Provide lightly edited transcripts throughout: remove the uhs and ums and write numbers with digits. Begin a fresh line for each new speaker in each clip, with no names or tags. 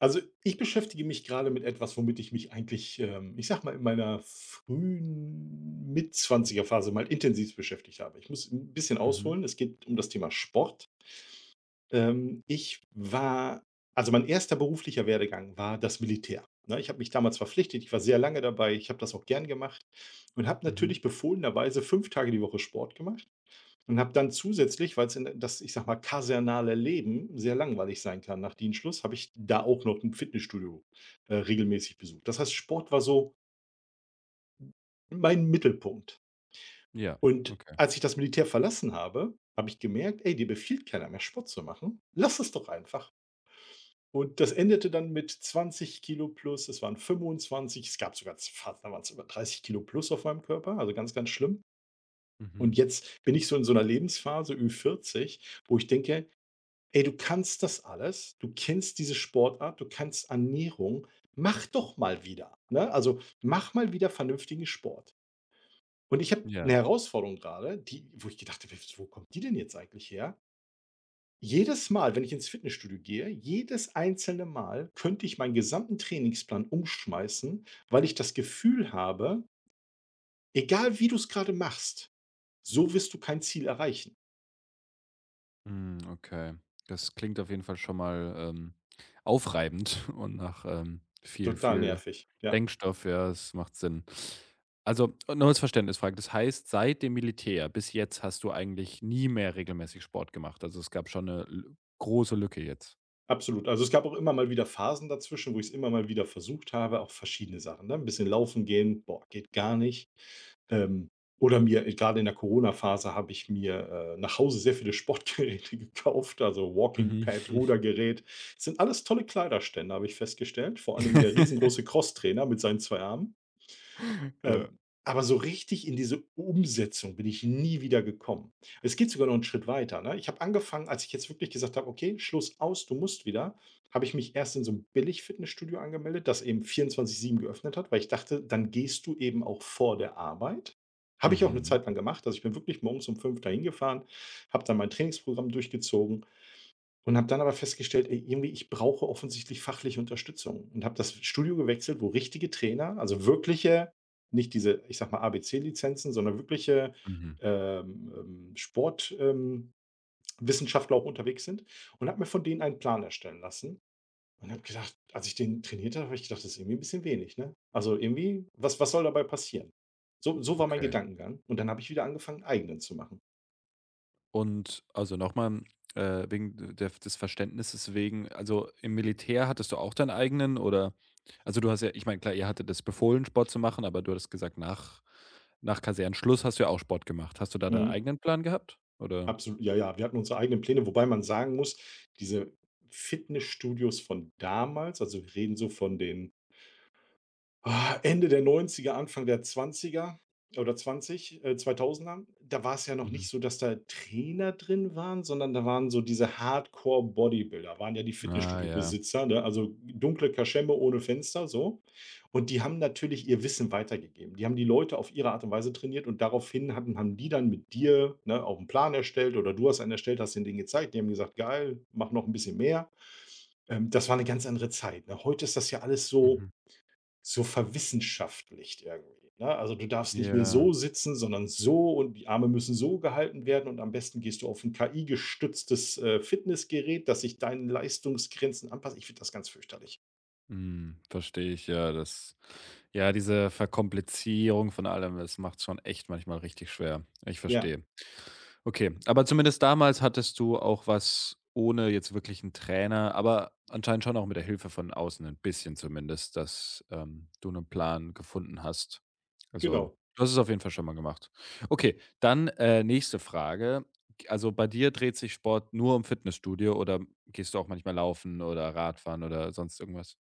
Also, ich beschäftige mich gerade mit etwas, womit ich mich eigentlich, ich sage mal, in meiner frühen Mitzwanzigerphase mal intensiv beschäftigt habe. Ich muss ein bisschen
Mhm,
ausholen. Es geht um das Thema Sport. Ähm, ich war mein erster beruflicher Werdegang war das Militär, ne? Ich habe mich damals verpflichtet. Ich war sehr lange dabei. Ich habe das auch gern gemacht und habe
mhm.
natürlich befohlenerweise 5 Tage die Woche Sport gemacht. Und habe dann zusätzlich, weil's in das, ich sage mal, kasernale Leben sehr langweilig sein kann nach Dienstschluss, habe ich da auch noch ein Fitnessstudio, regelmäßig besucht. Das heißt, Sport war so mein Mittelpunkt.
Ja,
Und
okay.
als ich das Militär verlassen habe, habe ich gemerkt: „Ey, dir befiehlt keiner mehr, Sport zu machen. Lass es doch einfach.“ Und das endete dann mit 20 Kilo plus, es waren 25. Es gab sogar fast, da waren es über 30 Kilo plus auf meinem Körper, also ganz, ganz schlimm.
Mhm.
Und jetzt bin ich so in so einer Lebensphase, Ü40, wo ich denke: Ey, du kannst das alles, du kennst diese Sportart, du kannst Ernährung, mach doch mal wieder, ne? Also, mach mal wieder vernünftigen Sport. Und ich habe eine
Ja,
Herausforderung gerade, die, wo ich gedacht habe: wo kommt die denn jetzt eigentlich her?“ Jedes Mal, wenn ich ins Fitnessstudio gehe, jedes einzelne Mal könnte ich meinen gesamten Trainingsplan umschmeißen, weil ich das Gefühl habe, egal wie du es gerade machst, so wirst du kein Ziel erreichen.
mhm, okay. Das klingt auf jeden Fall schon mal, aufreibend und nach, viel
Total
viel
nervig, ja.
Denkstoff. Ja, es macht Sinn. Also, und nur als Verständnisfrage, das heißt, seit dem Militär bis jetzt hast du eigentlich nie mehr regelmäßig Sport gemacht? Also, es gab schon eine l große Lücke jetzt?
Absolut. Also, es gab auch immer mal wieder Phasen dazwischen, wo ich's immer mal wieder versucht habe, auch verschiedene Sachen, ne? Ein bisschen laufen gehen, boah, geht gar nicht. Ähm, oder mir gerade in der Corona-Phase habe ich mir, nach Hause sehr viele Sportgeräte gekauft, also
Mhm.
Walking-Pad, Rudergerät. Das sind alles tolle Kleiderständer, habe ich festgestellt, vor allen Dingen der riesengroße Crosstrainer mit seinen 2 Armen.
Ja.
Ähm, aber so richtig in diese Umsetzung bin ich nie wieder gekommen. Es geht sogar noch einen Schritt weiter, ne? Ich habe angefangen, als ich jetzt wirklich gesagt habe: „Okay, Schluss aus, du musst wieder“, habe ich mich erst in so 'n Billig-Fitnessstudio angemeldet, das eben 24/7 geöffnet hat, weil ich dachte, dann gehst du eben auch vor der Arbeit. Habe ich auch eine
Mhm,
Zeit lang gemacht. Also, ich bin wirklich morgens um 5 dahin gefahren, habe dann mein Trainingsprogramm durchgezogen und habe dann aber festgestellt, ey, irgendwie, ich brauche offensichtlich fachliche Unterstützung und habe das Studio gewechselt, wo richtige Trainer, also wirkliche, nicht diese, ich sag mal, ABC-Lizenzen, sondern wirkliche
mhm,
Sport, Wissenschaftler auch unterwegs sind und habe mir von denen einen Plan erstellen lassen und habe gedacht, als ich den trainiert habe, habe ich gedacht, das ist irgendwie ein bisschen wenig, ne? Also irgendwie, was, was soll dabei passieren? So, so war mein
okay.
Gedankengang und dann habe ich wieder angefangen, einen eigenen zu machen.
Und also nochmal wegen der des Verständnisses wegen, also im Militär hattest du auch deinen eigenen oder also du hast ja ich meine, klar, ihr hattet das befohlen, Sport zu machen, aber du hattest gesagt, nach Kasernenschluss hast du ja auch Sport gemacht. Hast du da deinen
Mhm.
eigenen Plan gehabt, oder?
Absolut, ja, ja. Wir hatten unsere eigenen Pläne, wobei man sagen muss, diese Fitnessstudios von damals, also wir reden so von den Ende der 90er, Anfang der 20er oder 20, 2000er. Da war es ja noch
Mhm.
nicht so, dass da Trainer drin waren, sondern da waren so diese Hardcore-Bodybuilder, waren ja die
Ah ja.
Fitnessstudio-Besitzer, ne? Also, dunkle Kaschemme ohne Fenster, so. Und die haben natürlich ihr Wissen weitergegeben. Die haben die Leute auf ihre Art und Weise trainiert und daraufhin hatten haben die dann mit dir, ne, auch einen Plan erstellt oder du hast einen erstellt, hast den denen gezeigt. Die haben gesagt: „Geil, mach noch ein bisschen mehr.“ das war eine ganz andere Zeit, ne? Heute ist das ja alles so
Mhm.
so verwissenschaftlicht irgendwie, ne? Also, du darfst nicht mehr
Ja.
so sitzen, sondern so und die Arme müssen so gehalten werden und am besten gehst du auf 'n KI-gestütztes, Fitnessgerät, das sich deinen Leistungsgrenzen anpasst. Ich finde das ganz fürchterlich.
Mhm. Verstehe ich, ja, das ja, diese Verkomplizierung von allem, das macht's schon echt manchmal richtig schwer. Ich
Ja,
verstehe. Okay, aber zumindest damals hattest du auch was ohne jetzt wirklich einen Trainer, aber anscheinend schon auch mit der Hilfe von außen ein bisschen zumindest, dass, du einen Plan gefunden hast. Also,
genau.
du hast es auf jeden Fall schon mal gemacht. Okay, dann, nächste Frage. Also, bei dir dreht sich Sport nur um Fitnessstudio oder gehst du auch manchmal laufen oder Radfahren oder sonst irgendwas?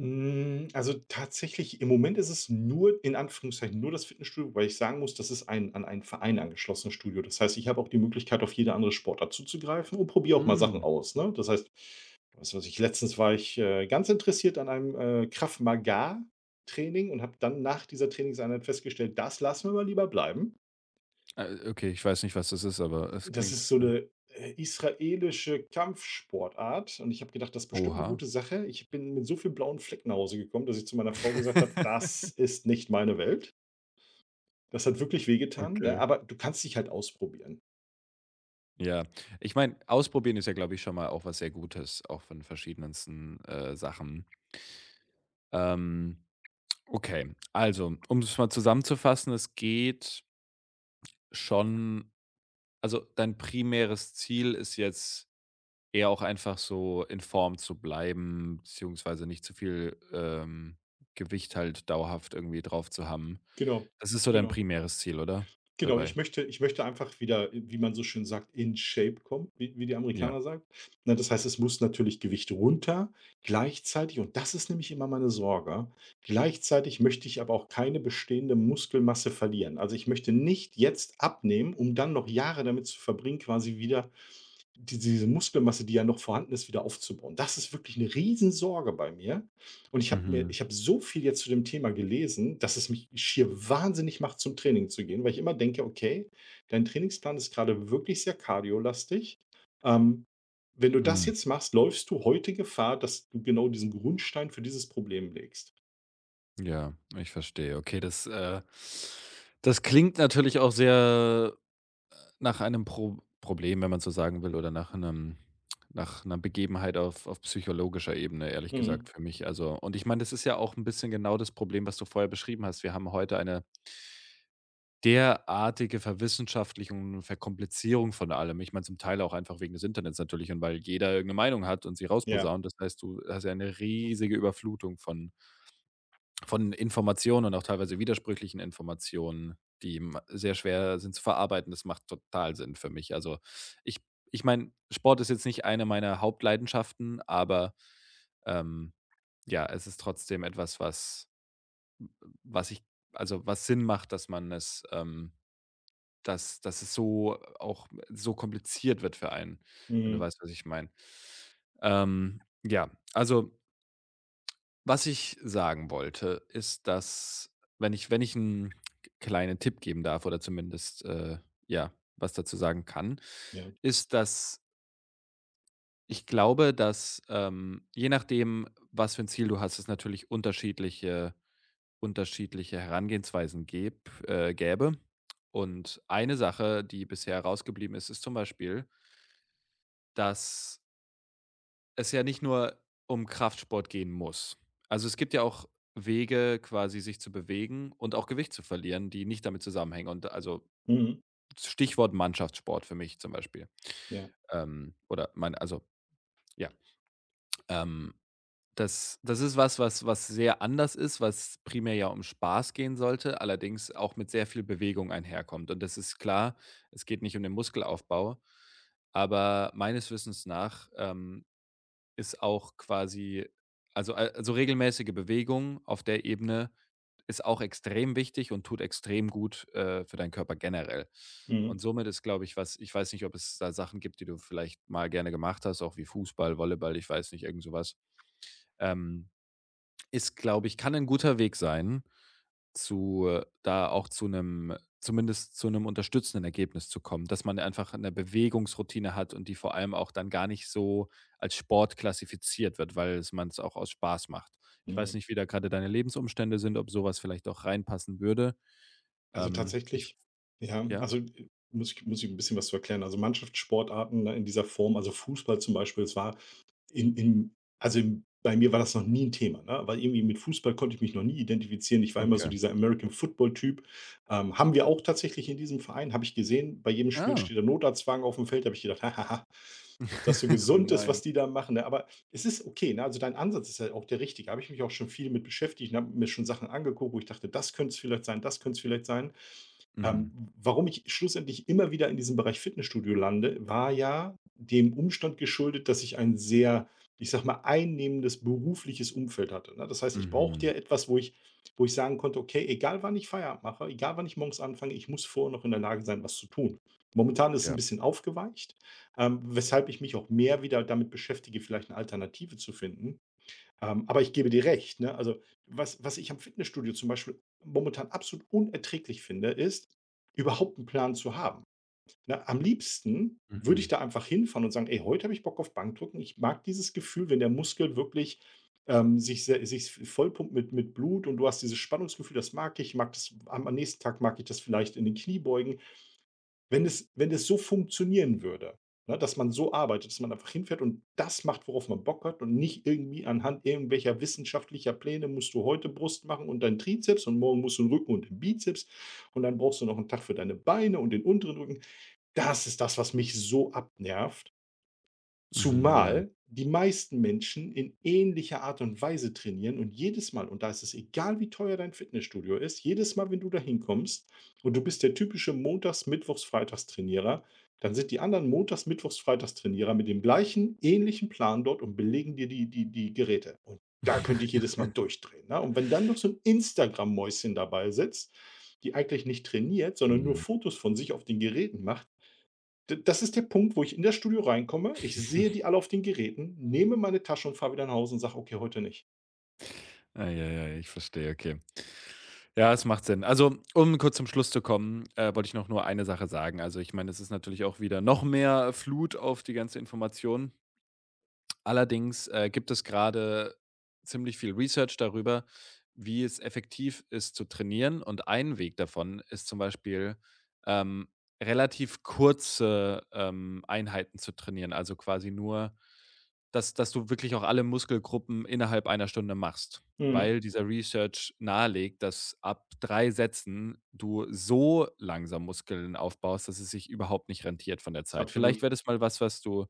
Hm, also, tatsächlich im Moment ist es nur in Anführungszeichen nur das Fitnessstudio, weil ich sagen muss, das ist ein an einen Verein angeschlossenes Studio. Das heißt, ich habe auch die Möglichkeit, auf jede andere Sportart zuzugreifen und probiere auch mal Sachen
Hm,
aus, ne? Das heißt, Weißt du was weiß ich, letztens war ich, ganz interessiert an einem, Krav Maga Training und habe dann nach dieser Trainingseinheit festgestellt, das lassen wir mal lieber bleiben.
okay, ich weiß nicht, was das ist, aber es
Das ist
klingt,
so eine israelische Kampfsportart und ich habe gedacht, das ist bestimmt eine
oha.
gute Sache. Ich bin mit so viel blauen Flecken nach Hause gekommen, dass ich zu meiner Frau gesagt habe: „Das ist nicht meine Welt.“ Das hat wirklich wehgetan, ne,
Okay.
aber du kannst dich halt ausprobieren.
Ja, ich meine, ausprobieren ist ja, glaube ich, schon mal auch was sehr Gutes, auch von verschiedensten Sachen. Ähm, okay, also, um es mal zusammenzufassen, es geht schon, also dein primäres Ziel ist jetzt eher auch einfach so in Form zu bleiben, beziehungsweise nicht zu viel Gewicht halt dauerhaft irgendwie drauf zu haben.
Genau,
Das ist so dein
genau.
primäres Ziel, oder?
Genau,
Dabei.
ich möchte einfach wieder, wie man so schön sagt, in Shape kommen, wie die
Ja.
Amerikaner sagen. Ne, das heißt, es muss natürlich Gewicht runter. Gleichzeitig, und das ist nämlich immer meine Sorge, gleichzeitig möchte ich aber auch keine bestehende Muskelmasse verlieren. Also, ich möchte nicht jetzt abnehmen, um dann noch Jahre damit zu verbringen, quasi wieder diese Muskelmasse, die ja noch vorhanden ist, wieder aufzubauen. Das ist wirklich 'ne Riesensorge bei mir. Und
Mhm.
ich habe so viel jetzt zu dem Thema gelesen, dass es mich schier wahnsinnig macht, zum Training zu gehen, weil ich immer denke: „Okay, dein Trainingsplan ist gerade wirklich sehr kardiolastig. Ähm, wenn du das jetzt machst, läufst du heute Gefahr, dass du genau diesen Grundstein für dieses Problem legst.“
Ja, ich verstehe. Okay, das, das klingt natürlich auch sehr nach einem Problem, wenn man so sagen will, oder nach einer Begebenheit auf psychologischer Ebene, ehrlich
Mhm.
gesagt, für mich. Also und ich meine, das ist ja auch ein bisschen genau das Problem, was du vorher beschrieben hast. Wir haben heute eine derartige Verwissenschaftlichung und Verkomplizierung von allem. Ich meine, zum Teil auch einfach wegen des Internets natürlich und weil jeder irgendeine Meinung hat und sie
Ja.
rausposaunt. Das heißt, du hast ja eine riesige Überflutung von Informationen und auch teilweise widersprüchlichen Informationen, die m sehr schwer sind zu verarbeiten. Das macht total Sinn für mich. Also, ich ich meine, Sport ist jetzt nicht eine meiner Hauptleidenschaften, aber, ähm, ja, es ist trotzdem etwas, was was ich also, was Sinn macht, dass man es, dass es so auch so kompliziert wird für einen, wenn du
Mhm.
weißt, was ich meine. Ja, also was ich sagen wollte, ist, dass wenn ich einen k kleinen Tipp geben darf oder zumindest, ja, was dazu sagen kann,
Ja.
ist, dass ich glaube, dass, je nachdem, was für ein Ziel du hast, es natürlich unterschiedliche Herangehensweisen gäbe. Und eine Sache, die bisher rausgeblieben ist, ist zum Beispiel, dass es ja nicht nur um Kraftsport gehen muss. Also, es gibt ja auch Wege, quasi sich zu bewegen und auch Gewicht zu verlieren, die nicht damit zusammenhängen. Und also
Mhm.
Stichwort Mannschaftssport für mich zum Beispiel.
Ja.
Oder mein, also ja. Ähm, das ist was, sehr anders ist, was primär ja um Spaß gehen sollte, allerdings auch mit sehr viel Bewegung einherkommt. Und das ist klar, es geht nicht um den Muskelaufbau, aber meines Wissens nach ist auch quasi also regelmäßige Bewegung auf der Ebene ist auch extrem wichtig und tut extrem gut, für deinen Körper generell.
Mhm.
Und somit ist, glaube ich, was ich weiß nicht, ob es da Sachen gibt, die du vielleicht mal gerne gemacht hast, auch wie Fußball, Volleyball, ich weiß nicht, irgend sowas ähm, ist, glaube ich, kann ein guter Weg sein, zu da auch zu einem zumindest zu einem unterstützenden Ergebnis zu kommen, dass man einfach eine Bewegungsroutine hat und die vor allem auch dann gar nicht so als Sport klassifiziert wird, weil es man's auch aus Spaß macht. Ich weiß
Mhm.
nicht, wie da gerade deine Lebensumstände sind, ob sowas vielleicht auch reinpassen würde.
Also
Ich
tatsächlich, ja,
ja?
also muss ich ein bisschen was zu erklären. Also Mannschaftssportarten, ne, in dieser Form, also Fußball zum Beispiel, es war in also im bei mir war das noch nie ein Thema, ne? Weil irgendwie mit Fußball konnte ich mich noch nie identifizieren. Ich war immer so
Okay.
dieser American Football Typ. Haben wir auch tatsächlich in diesem Verein, habe ich gesehen. Bei jedem Spiel
Ah.
steht der Notarztwagen auf dem Feld, habe ich gedacht: „Ha, ob das so
Oh
gesund ist,
nein.
was die da machen“, ne? Aber es ist okay, ne? Also dein Ansatz ist halt auch der richtige. Habe ich mich auch schon viel mit beschäftigt und habe mir schon Sachen angeguckt, wo ich dachte: „Das könnte es vielleicht sein, das könnte es vielleicht sein.“
Mhm.
Ähm, warum ich schlussendlich immer wieder in diesem Bereich Fitnessstudio lande, war ja dem Umstand geschuldet, dass ich ein sehr, ich sag mal, einnehmendes berufliches Umfeld hatte. Ne? Das heißt, ich brauchte
Mhm.
ja etwas, wo ich sagen konnte, okay, egal wann ich Feierabend mache, egal wann ich morgens anfange, ich muss vorher noch in der Lage sein, was zu tun. Momentan ist es ein
Ja.
bisschen aufgeweicht, weshalb ich mich auch mehr wieder damit beschäftige, vielleicht eine Alternative zu finden. Aber ich gebe dir recht, ne? Also, was ich am Fitnessstudio zum Beispiel momentan absolut unerträglich finde, ist, überhaupt einen Plan zu haben. Ne, am liebsten würde ich
Mhm.
da einfach hinfahren und sagen: „Ey, heute habe ich Bock auf Bankdrücken.“ Ich mag dieses Gefühl, wenn der Muskel wirklich sich vollpumpt mit Blut und du hast dieses Spannungsgefühl, das mag ich. Ich mag das am nächsten Tag, mag ich das vielleicht in den Kniebeugen. Wenn es so funktionieren würde, ne, dass man so arbeitet, dass man einfach hinfährt und das macht, worauf man Bock hat und nicht irgendwie anhand irgendwelcher wissenschaftlicher Pläne, musst du heute Brust machen und deinen Trizeps und morgen musst du den Rücken und den Bizeps und dann brauchst du noch einen Tag für deine Beine und den unteren Rücken. Das ist das, was mich so abnervt.
Mhm. Ja.
Zumal die meisten Menschen in ähnlicher Art und Weise trainieren und jedes Mal, und da ist es egal, wie teuer dein Fitnessstudio ist, jedes Mal, wenn du da hinkommst und du bist der typische Montags-, Mittwochs-, Freitags-Trainierer, dann sind die anderen Montags-, Mittwochs-, Freitags-Trainierer mit dem gleichen, ähnlichen Plan dort und belegen dir die Geräte. Und da könnte ich jedes Mal durchdrehen. Ne? Und wenn dann noch so ein Instagram-Mäuschen dabei sitzt, die eigentlich nicht trainiert, sondern nur
Mhm.
Fotos von sich auf den Geräten macht, D das ist der Punkt, wo ich in das Studio reinkomme. Ich sehe die alle auf den Geräten, nehme meine Tasche und fahre wieder nach Hause und sage: „Okay, heute nicht.“
Ei, ei, ei, ich verstehe, okay. Ja, es macht Sinn. Also, um kurz zum Schluss zu kommen, wollte ich noch nur eine Sache sagen. Also, ich meine, es ist natürlich auch wieder noch mehr Flut auf die ganze Information. Allerdings, gibt es gerade ziemlich viel Research darüber, wie es effektiv ist zu trainieren, und ein Weg davon ist zum Beispiel, ähm, relativ kurze, Einheiten zu trainieren, also quasi nur, dass du wirklich auch alle Muskelgruppen innerhalb einer Stunde machst,
Mhm,
weil dieser Research nahelegt, dass ab 3 Sätzen du so langsam Muskeln aufbaust, dass es sich überhaupt nicht rentiert von der Zeit. Vielleicht
absolut.
wäre das mal was, was du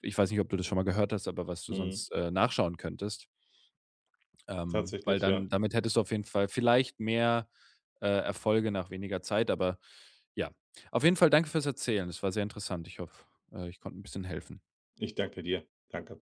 ich weiß nicht, ob du das schon mal gehört hast, aber was du
Mhm,
sonst, nachschauen könntest, weil
tatsächlich, ja.
dann damit hättest du auf jeden Fall vielleicht mehr, Erfolge nach weniger Zeit, aber ja. Auf jeden Fall danke fürs Erzählen. Es war sehr interessant. Ich hoffe, ich konnte ein bisschen helfen.
Ich danke dir. Danke.